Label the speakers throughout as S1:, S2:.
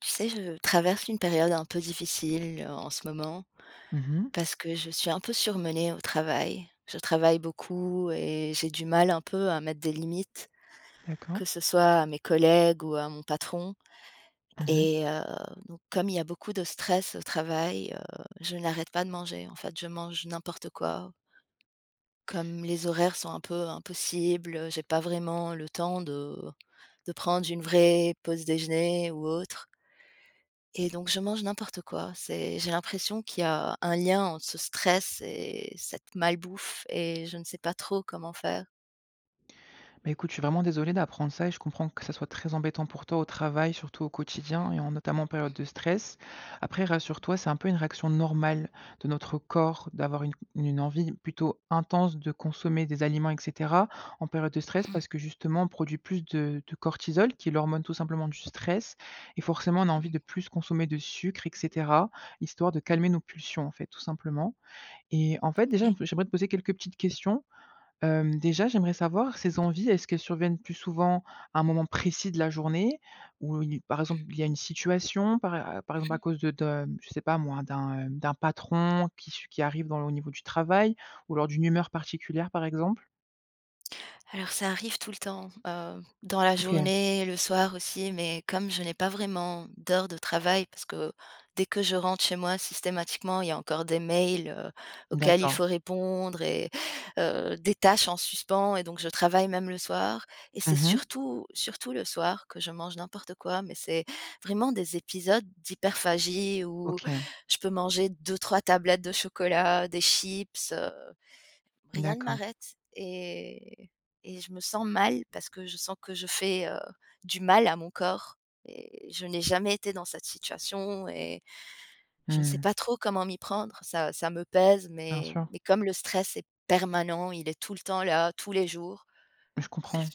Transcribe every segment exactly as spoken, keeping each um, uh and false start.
S1: Tu sais, je traverse une période un peu difficile euh, en ce moment
S2: Mmh mh.
S1: parce que je suis un peu surmenée au travail. Je travaille beaucoup et j'ai du mal un peu à mettre des limites,
S2: D'accord.
S1: que ce soit à mes collègues ou à mon patron.
S2: Mmh mh.
S1: Et euh, donc, comme il y a beaucoup de stress au travail, euh, je n'arrête pas de manger. En fait, je mange n'importe quoi. Comme les horaires sont un peu impossibles, j'ai pas vraiment le temps de, de prendre une vraie pause déjeuner ou autre. Et donc je mange n'importe quoi. C'est J'ai l'impression qu'il y a un lien entre ce stress et cette malbouffe et je ne sais pas trop comment faire.
S2: Bah, écoute, je suis vraiment désolé d'apprendre ça et je comprends que ça soit très embêtant pour toi au travail, surtout au quotidien et en notamment en période de stress. Après, rassure-toi, c'est un peu une réaction normale de notre corps d'avoir une une envie plutôt intense de consommer des aliments et cetera en période de stress parce que justement on produit plus de de cortisol qui est l'hormone tout simplement du stress et forcément on a
S1: Mmh
S2: envie de
S1: mh.
S2: plus consommer de sucre et cetera, histoire de calmer nos pulsions en fait, tout simplement et en fait déjà,
S1: Ouais.
S2: j'aimerais te poser quelques petites questions. Hem, déjà, j'aimerais savoir ces envies, est-ce qu'elles surviennent plus souvent à un moment précis de la journée? Où il par exemple, il y a une situation, par euh, par exemple à cause de de, je sais pas moi, d'un, heu, d'un patron qui su qui arrive dans au niveau du travail ou lors d'une humeur particulière, par exemple?
S1: Alors ça arrive tout le temps, heu, dans la
S2: OK,
S1: journée, le soir aussi, mais comme je n'ai pas vraiment d'heures de travail parce que dès que je rentre chez moi, systématiquement, il y a encore des mails, heu, auxquels il
S2: d'accord.
S1: faut répondre et heu, des tâches en suspens, et donc je travaille même le soir et c'est
S2: Mmh.
S1: surtout surtout le soir que je mange n'importe quoi, mais c'est vraiment des épisodes d'hyperphagie où
S2: OK,
S1: je peux manger deux, trois tablettes de chocolat, des chips, rien ne
S2: d'accord.
S1: m'arrête, et et je me sens mal parce que je sens que je fais, heu, du mal à mon corps, et je n'ai jamais été dans cette situation et je ne sais
S2: Mmh,
S1: pas trop comment m'y prendre. Ça ça me pèse,
S2: bien
S1: mais
S2: sûr,
S1: mais comme le stress est permanent, il est tout le temps là, tous les jours.
S2: je comprends.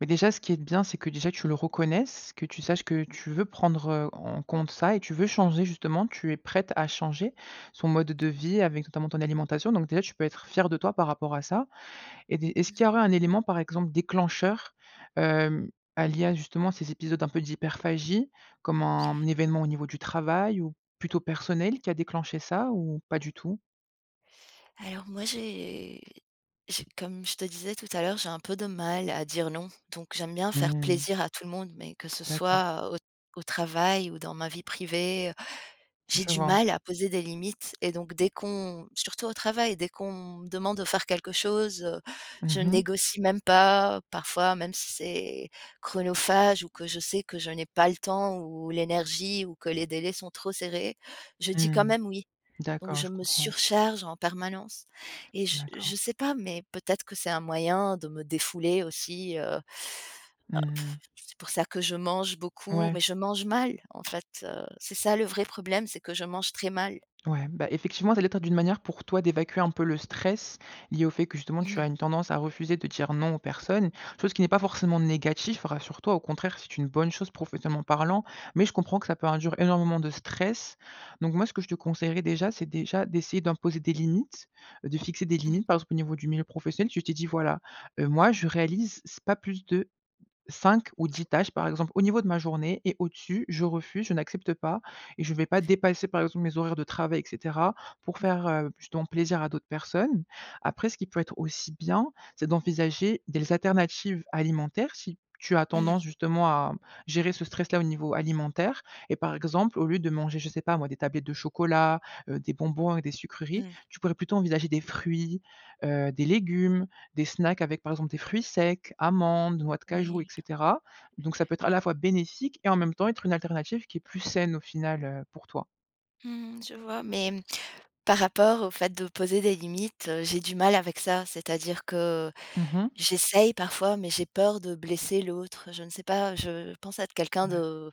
S2: Mais déjà, ce qui est bien, c'est que déjà tu le reconnaisses, que tu saches que tu veux prendre, heu, en compte ça et tu veux changer justement, tu es prête à changer son mode de vie avec notamment ton alimentation. Donc déjà, tu peux être fière de toi par rapport à ça et des est-ce qu'il y aurait un élément, par exemple, déclencheur, hem, à lié à justement ces épisodes un peu d'hyperphagie, comme un événement au niveau du travail ou plutôt personnel qui a déclenché ça ou pas du tout?
S1: Alors moi, j'ai j'ai comme je te disais tout à l'heure, j'ai un peu de mal à dire non, donc j'aime bien faire
S2: Mmh,
S1: plaisir à tout le monde, mais que ce
S2: d'accord,
S1: soit au au travail ou dans ma vie privée, j'ai
S2: je
S1: du
S2: vois.
S1: mal à poser des limites et donc dès qu'on surtout au travail, dès qu'on me demande de faire quelque chose, heu,
S2: Mmh
S1: je
S2: mh.
S1: négocie même pas. Parfois, même si c'est chronophage ou que je sais que je n'ai pas le temps ou l'énergie ou que les délais sont trop serrés, je dis quand
S2: Mmh.
S1: même oui. Donc
S2: D'accord,
S1: je
S2: je
S1: me
S2: comprends.
S1: surcharge en permanence et je je
S2: D'accord.
S1: sais pas, mais peut-être que c'est un moyen de me défouler aussi, heu
S2: Mmh.
S1: c'est pour ça que je mange beaucoup,
S2: Ouais.
S1: mais je mange mal en fait, heu, c'est ça le vrai problème, c'est que je mange très mal.
S2: Ouais, bah, effectivement, ça allait être d'une manière pour toi d'évacuer un peu le stress lié au fait que justement tu
S1: Mmh.
S2: as une tendance à refuser de dire non aux personnes, chose qui n'est pas forcément négatif, rassure-toi, au contraire, c'est une bonne chose professionnellement parlant, mais je comprends que ça peut induire énormément de stress. Donc moi, ce que je te conseillerais déjà, c'est déjà d'essayer d'imposer des limites, euh, de fixer des
S1: Mmh.
S2: limites, par exemple au niveau du milieu professionnel, tu t'es dit, voilà, euh, moi, je réalise c'est pas plus de cinq ou dix tâches, par exemple, au niveau de ma journée et au-dessus, je refuse, je n'accepte pas et je ne vais pas dépasser, par exemple, mes horaires de travail et cetera pour faire, heu, justement plaisir à d'autres personnes. Après ce qui peut être aussi bien, c'est d'envisager des alternatives alimentaires si tu as
S1: Mmh.
S2: tendance justement à gérer ce stress-là au niveau alimentaire et par exemple, au lieu de manger, je sais pas moi, des tablettes de chocolat, heu, des bonbons et des sucreries,
S1: Mmh.
S2: tu pourrais plutôt envisager des fruits, heu, des légumes, des snacks avec, par exemple, des fruits secs, amandes, noix de cajou et
S1: Oui.
S2: cetera. Donc ça peut être à la fois bénéfique et en même temps être une alternative qui est plus saine au final, heu, pour toi.
S1: Mmh. Je vois, mais par rapport au fait de poser des limites, heu, j'ai du mal avec ça. C'est-à-dire que
S2: Mhm.
S1: J'essaye parfois, mais j'ai peur de blesser l'autre. Je ne sais pas, je pense être quelqu'un
S2: Ouais.
S1: de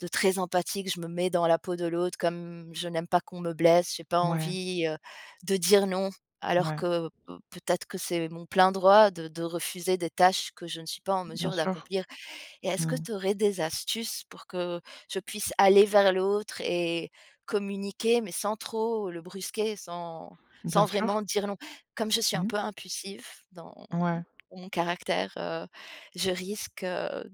S1: de très empathique. Je me mets dans la peau de l'autre, comme je n'aime pas qu'on me blesse, j'ai pas
S2: Ouais,
S1: envie, heu, de dire non, alors
S2: ouais,
S1: que, heu, peut-être que c'est mon plein droit de de refuser des tâches que je ne suis pas en
S2: bien
S1: mesure
S2: sûr.
S1: d'accomplir. Et est-ce que
S2: Mmh.
S1: tu aurais des astuces pour que je puisse aller vers l'autre et communiquer, mais sans trop le brusquer, sans sans
S2: Bien sûr.
S1: vraiment dire non? Comme je suis un
S2: Mmh.
S1: peu impulsive dans
S2: Ouais.
S1: mon caractère, heu, je risque, heu,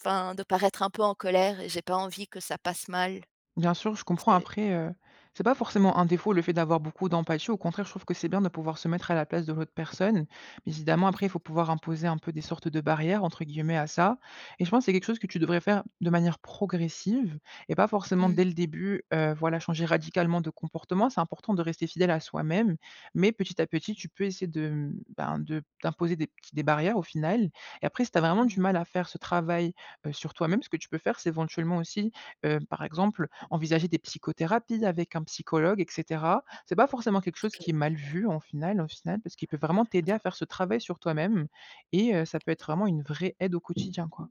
S1: enfin, de paraître un peu en colère et j'ai pas envie que ça passe mal.
S2: Bien sûr, je comprends
S1: C'est
S2: après, heu, c'est pas forcément un défaut le fait d'avoir beaucoup d'empathie. Au contraire, je trouve que c'est bien de pouvoir se mettre à la place de l'autre personne. Mais évidemment,
S1: Mmh
S2: après, il
S1: mh.
S2: faut pouvoir imposer un peu des sortes de «barrières» entre guillemets à ça et je pense que c'est quelque chose que tu
S1: Oui.
S2: devrais faire de manière progressive et pas forcément dès le début, heu, voilà, changer radicalement de comportement. C'est important de rester fidèle à soi-même, mais petit à petit, tu peux essayer de, mmh, ben, de d'imposer des petits des barrières au final et après si tu as vraiment
S1: Mmh mh.
S2: du mal à faire ce travail, heu, sur toi-même, ce que tu peux faire, c'est éventuellement aussi, heu, par exemple, envisager des psychothérapies avec un psychologue et cetera. C'est pas forcément quelque chose qui est mal vu en final au final, parce qu'il peut vraiment t'aider à faire ce travail sur toi-même et heu, ça peut être vraiment une vraie aide au quotidien, quoi.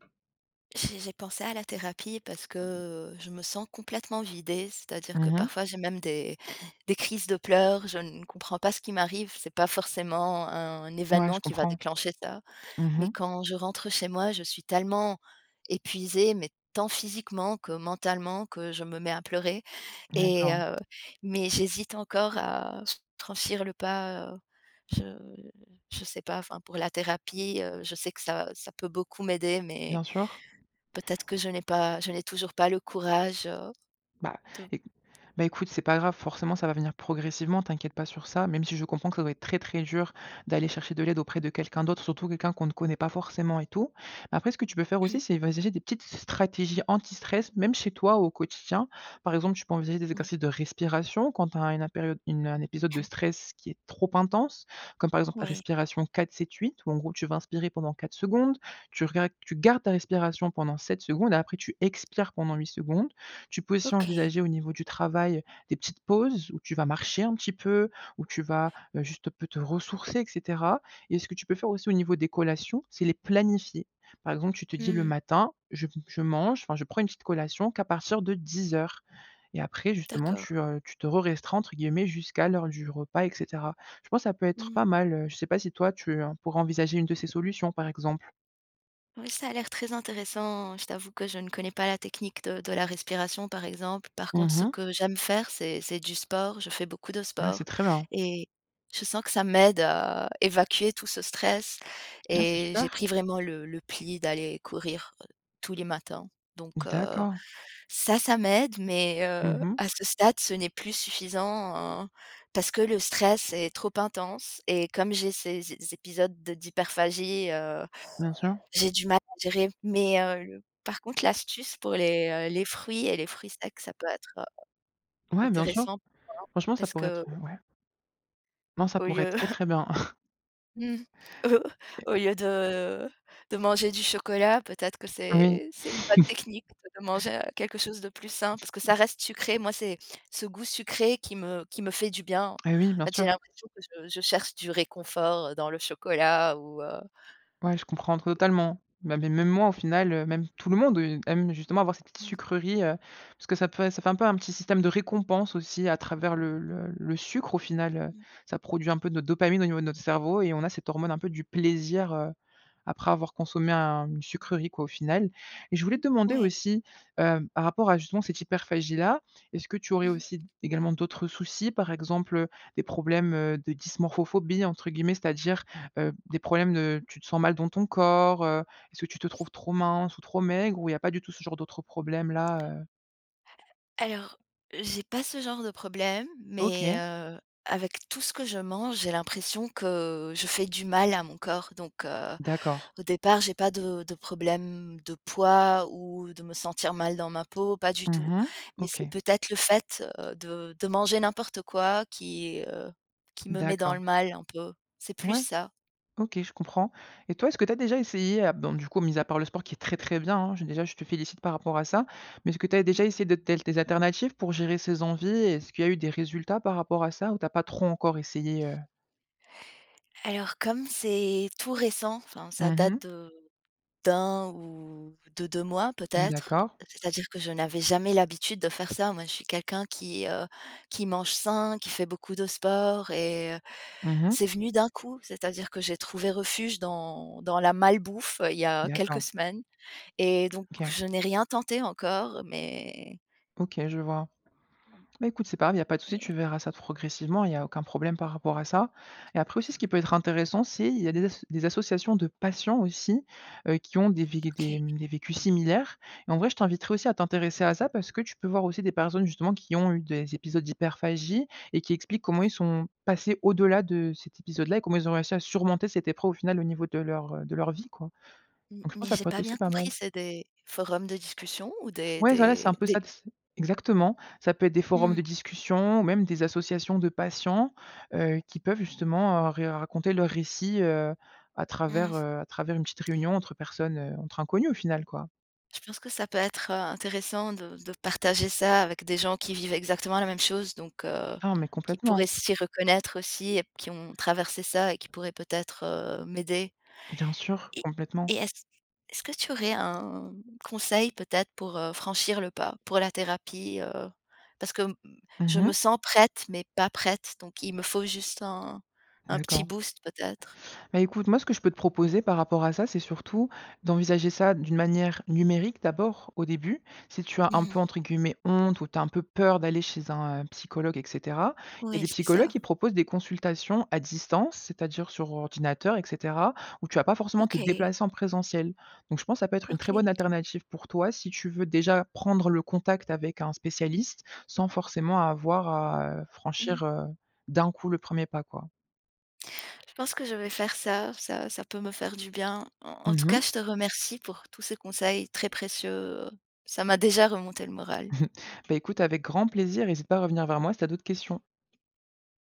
S1: J'ai j'ai pensé à la thérapie parce que je me sens complètement vidée, c'est-à-dire que
S2: Mmh.
S1: parfois j'ai même des des crises de pleurs, je ne comprends pas ce qui m'arrive, c'est pas forcément un
S2: Ouais,
S1: événement
S2: je
S1: qui va
S2: comprends.
S1: déclencher ça. Mais
S2: Mmh.
S1: quand je rentre chez moi, je suis tellement épuisée, mais tant physiquement que mentalement, que je me mets à pleurer et
S2: D'accord.
S1: heu, mais j'hésite encore à franchir le pas, heu, je je sais pas, enfin, pour la thérapie, heu, je sais que ça ça peut beaucoup m'aider, mais
S2: Bien sûr.
S1: Peut-être que je n'ai pas je n'ai toujours pas le courage, heu,
S2: Bah,
S1: de
S2: Bah, écoute, c'est pas grave, forcément ça va venir progressivement, t'inquiète pas sur ça, même si je comprends que ça doit être très, très dur d'aller chercher de l'aide auprès de quelqu'un d'autre, surtout quelqu'un qu'on ne connaît pas forcément et tout. Mais après, ce que tu peux faire aussi, c'est envisager des petites stratégies anti-stress, même chez toi au quotidien. Par exemple, tu peux envisager des
S1: Mmh mh.
S2: exercices de respiration quand tu as une période, une- un épisode de stress qui est trop intense, comme par exemple la
S1: Oui.
S2: respiration quatre sept huit, où en gros tu vas inspirer pendant quatre secondes, tu, regardes- tu gardes ta respiration pendant sept secondes et après tu expires pendant huit secondes. Tu peux aussi
S1: OK.
S2: envisager au niveau du travail des petites pauses où tu vas marcher un petit peu, où tu vas, heu, juste peut te ressourcer et cetera et ce que tu peux faire aussi au niveau des collations, c'est les planifier. Par exemple, tu te dis: «Le
S1: Mmh,
S2: matin, je je mange, enfin je prends une petite collation qu'à partir de dix heures. Et après justement
S1: d'accord.
S2: tu, heu, tu te «re-restreins» entre guillemets jusqu'à l'heure du repas et cetera. Je pense que ça peut être
S1: Mmh.
S2: pas mal, heu, je ne sais pas si toi tu, heu, pourrais envisager une de ces solutions par exemple?
S1: Oui, ça a l'air très intéressant. Je t'avoue que je ne connais pas la technique de de la respiration, par exemple. Par contre, ce
S2: Mmh.
S1: que j'aime faire, c'est c'est du sport. Je fais beaucoup de
S2: Ah c'est
S1: sport
S2: très bien.
S1: et je sens que ça m'aide à évacuer tout ce stress,
S2: Ah c'est
S1: et j'ai
S2: super.
S1: pris vraiment le le pli d'aller courir, heu, tous les matins. Donc heu
S2: D'accord.
S1: ça, ça m'aide, mais heu,
S2: Mmh.
S1: à ce stade, ce n'est plus suffisant, heu, parce que le stress est trop intense et comme j'ai ces ces épisodes de d'hyperphagie, heu,
S2: Bien sûr.
S1: j'ai du mal à gérer. Mais heu, le par contre, l'astuce pour les, heu, les fruits et les fruits secs, ça peut être, heu,
S2: Ouais, bien sûr.
S1: intéressant.
S2: Franchement, ça
S1: Parce
S2: pourrait
S1: qu'au
S2: être, ouais. Non, ça pourrait être
S1: lieu
S2: très, très bien.
S1: Mmh. Au au lieu de de manger du chocolat, peut-être que
S2: Oui,
S1: c'est c'est une bonne technique de manger, heu, quelque chose de plus sain, parce que ça reste sucré. Moi, c'est ce goût sucré qui me qui me fait du bien. En
S2: eh oui, bien
S1: fait,
S2: sûr.
S1: j'ai l'impression que je je cherche du réconfort, heu, dans le chocolat ou heu
S2: Ouais, je comprends totalement. Bah, mais même moi, au final, heu, même tout le monde, heu, aime justement avoir cette petite
S1: Mmh
S2: sucrerie, heu, parce que ça peut ça fait un peu un petit système de récompense aussi à travers le le le sucre au final, heu.
S1: mh.
S2: Ça produit un peu de dopamine au niveau de notre cerveau et on a cette hormone un peu du plaisir, heu, après avoir consommé un une sucrerie quoi, au final. Et je voulais te demander
S1: Ouais.
S2: aussi, heu, par rapport à justement cette hyperphagie-là, est-ce que tu
S1: Mmh.
S2: aurais
S1: Mh.
S2: aussi également d'autres soucis? Par exemple, euh, des problèmes, heu, de dysmorphophobie entre guillemets, c'est-à-dire Heu, des problèmes de tu te sens mal dans ton corps, heu? Est-ce que tu te trouves trop mince ou trop maigre ou il y a pas du tout ce genre d'autres problèmes-là, heu?
S1: Alors, j'ai pas ce genre de problème, mais
S2: OK,
S1: heu, avec tout ce que je mange, j'ai l'impression que je fais du mal à mon corps, donc heu
S2: d'accord.
S1: Au départ, j'ai pas de de problème de poids ou de me sentir mal dans ma peau, pas du
S2: Mmh
S1: tout.
S2: mh.
S1: Mais
S2: OK,
S1: c'est peut-être le fait, heu, de de manger n'importe quoi qui, heu, qui me met dans
S2: d'accord.
S1: le mal un peu. C'est plus
S2: Ouais,
S1: ça.
S2: OK, je comprends et toi, est-ce que tu as déjà essayé, ah, bon, du coup, mis à part le sport qui est très, très bien, hein, je déjà, je te félicite par rapport à ça, mais est-ce que tu as déjà
S1: Mmh.
S2: essayé de telles des alternatives pour gérer ces envies? Est-ce qu'il y a eu des résultats par rapport à ça ou tu as pas trop encore essayé, heu?
S1: Alors comme c'est tout récent, enfin ça
S2: Mmh mh.
S1: date de d'un ou de deux mois peut-être,
S2: D'accord.
S1: c'est-à-dire que je n'avais jamais l'habitude de faire ça. Moi, je suis quelqu'un qui, heu, qui mange sain, qui fait beaucoup de sport et heu
S2: Mmh mh.
S1: C'est venu d'un coup, c'est-à-dire que j'ai trouvé refuge dans dans la malbouffe, euh, il y a quelques
S2: D'accord.
S1: semaines, et donc
S2: OK.
S1: je n'ai rien tenté encore, mais
S2: OK, je vois. Bah, écoute, c'est pas grave, il y a pas de souci,
S1: mais
S2: tu verras ça progressivement, il y a aucun problème par rapport à ça et après aussi, ce qui peut être intéressant, c'est il y a des as des associations de patients aussi, heu, qui ont des vé des,
S1: OK.
S2: mmh, des vécus similaires et en vrai, je t'inviterai aussi à t'intéresser à ça parce que tu peux voir aussi des personnes justement qui ont eu des épisodes d'hyperphagie et qui expliquent comment ils sont passés au-delà de cet épisode-là et comment ils ont réussi à surmonter cette épreuve au final au niveau de leur, heu, de leur vie, quoi.
S1: M
S2: Donc je
S1: Mais
S2: pense que ça
S1: j'ai
S2: peut être
S1: pas bien
S2: aussi pas
S1: compris,
S2: mal.
S1: c'est des forums de discussion ou des
S2: Ouais, voilà,
S1: des
S2: c'est un peu
S1: des
S2: ça d exactement. Ça peut être des forums
S1: mmh,
S2: de discussion ou même des associations de patients, heu, qui peuvent justement, heu, ré raconter leur récit, heu, à travers,
S1: mmh.
S2: heu, à travers une petite réunion entre personnes, heu, entre inconnus au final, quoi.
S1: Je pense que ça peut être, heu, intéressant de de partager ça avec des gens qui vivent exactement la même chose, donc heu,
S2: Ah, mais
S1: qui pourraient
S2: complètement.
S1: s'y reconnaître aussi et qui ont traversé ça et qui pourraient peut-être, heu, m'aider.
S2: Bien sûr,
S1: Et
S2: complètement.
S1: et est-ce est-ce que tu aurais un conseil peut-être pour, heu, franchir le pas, pour la thérapie, heu? Parce que, mmh, je me
S2: Mmh.
S1: sens prête, mais pas prête, donc il me faut juste un un petit
S2: D'accord.
S1: boost peut-être?
S2: Bah, écoute, moi, ce que je peux te proposer par rapport à ça, c'est surtout d'envisager ça d'une manière numérique d'abord, au début. Si tu as un
S1: Mmh,
S2: peu, entre guillemets, honte ou tu as un peu peur d'aller chez un, heu, psychologue et cetera, il y a
S1: oui,
S2: des
S1: c'est
S2: psychologues
S1: ça.
S2: qui proposent des consultations à distance, c'est-à-dire sur ordinateur et cetera, où tu vas pas forcément te
S1: OK.
S2: déplacer en présentiel. Donc je pense que ça peut être une très
S1: OK.
S2: bonne alternative pour toi si tu veux déjà prendre le contact avec un spécialiste sans forcément avoir à, heu,
S1: Mmh.
S2: franchir, heu, d'un coup le premier pas, quoi.
S1: Je pense que je vais faire ça, ça ça peut me faire du bien. En en tout
S2: Mmh.
S1: cas, je te remercie pour tous ces conseils très précieux, ça m'a déjà remonté le moral.
S2: Bah, écoute, avec grand plaisir, n'hésite pas à revenir vers moi si tu as d'autres questions.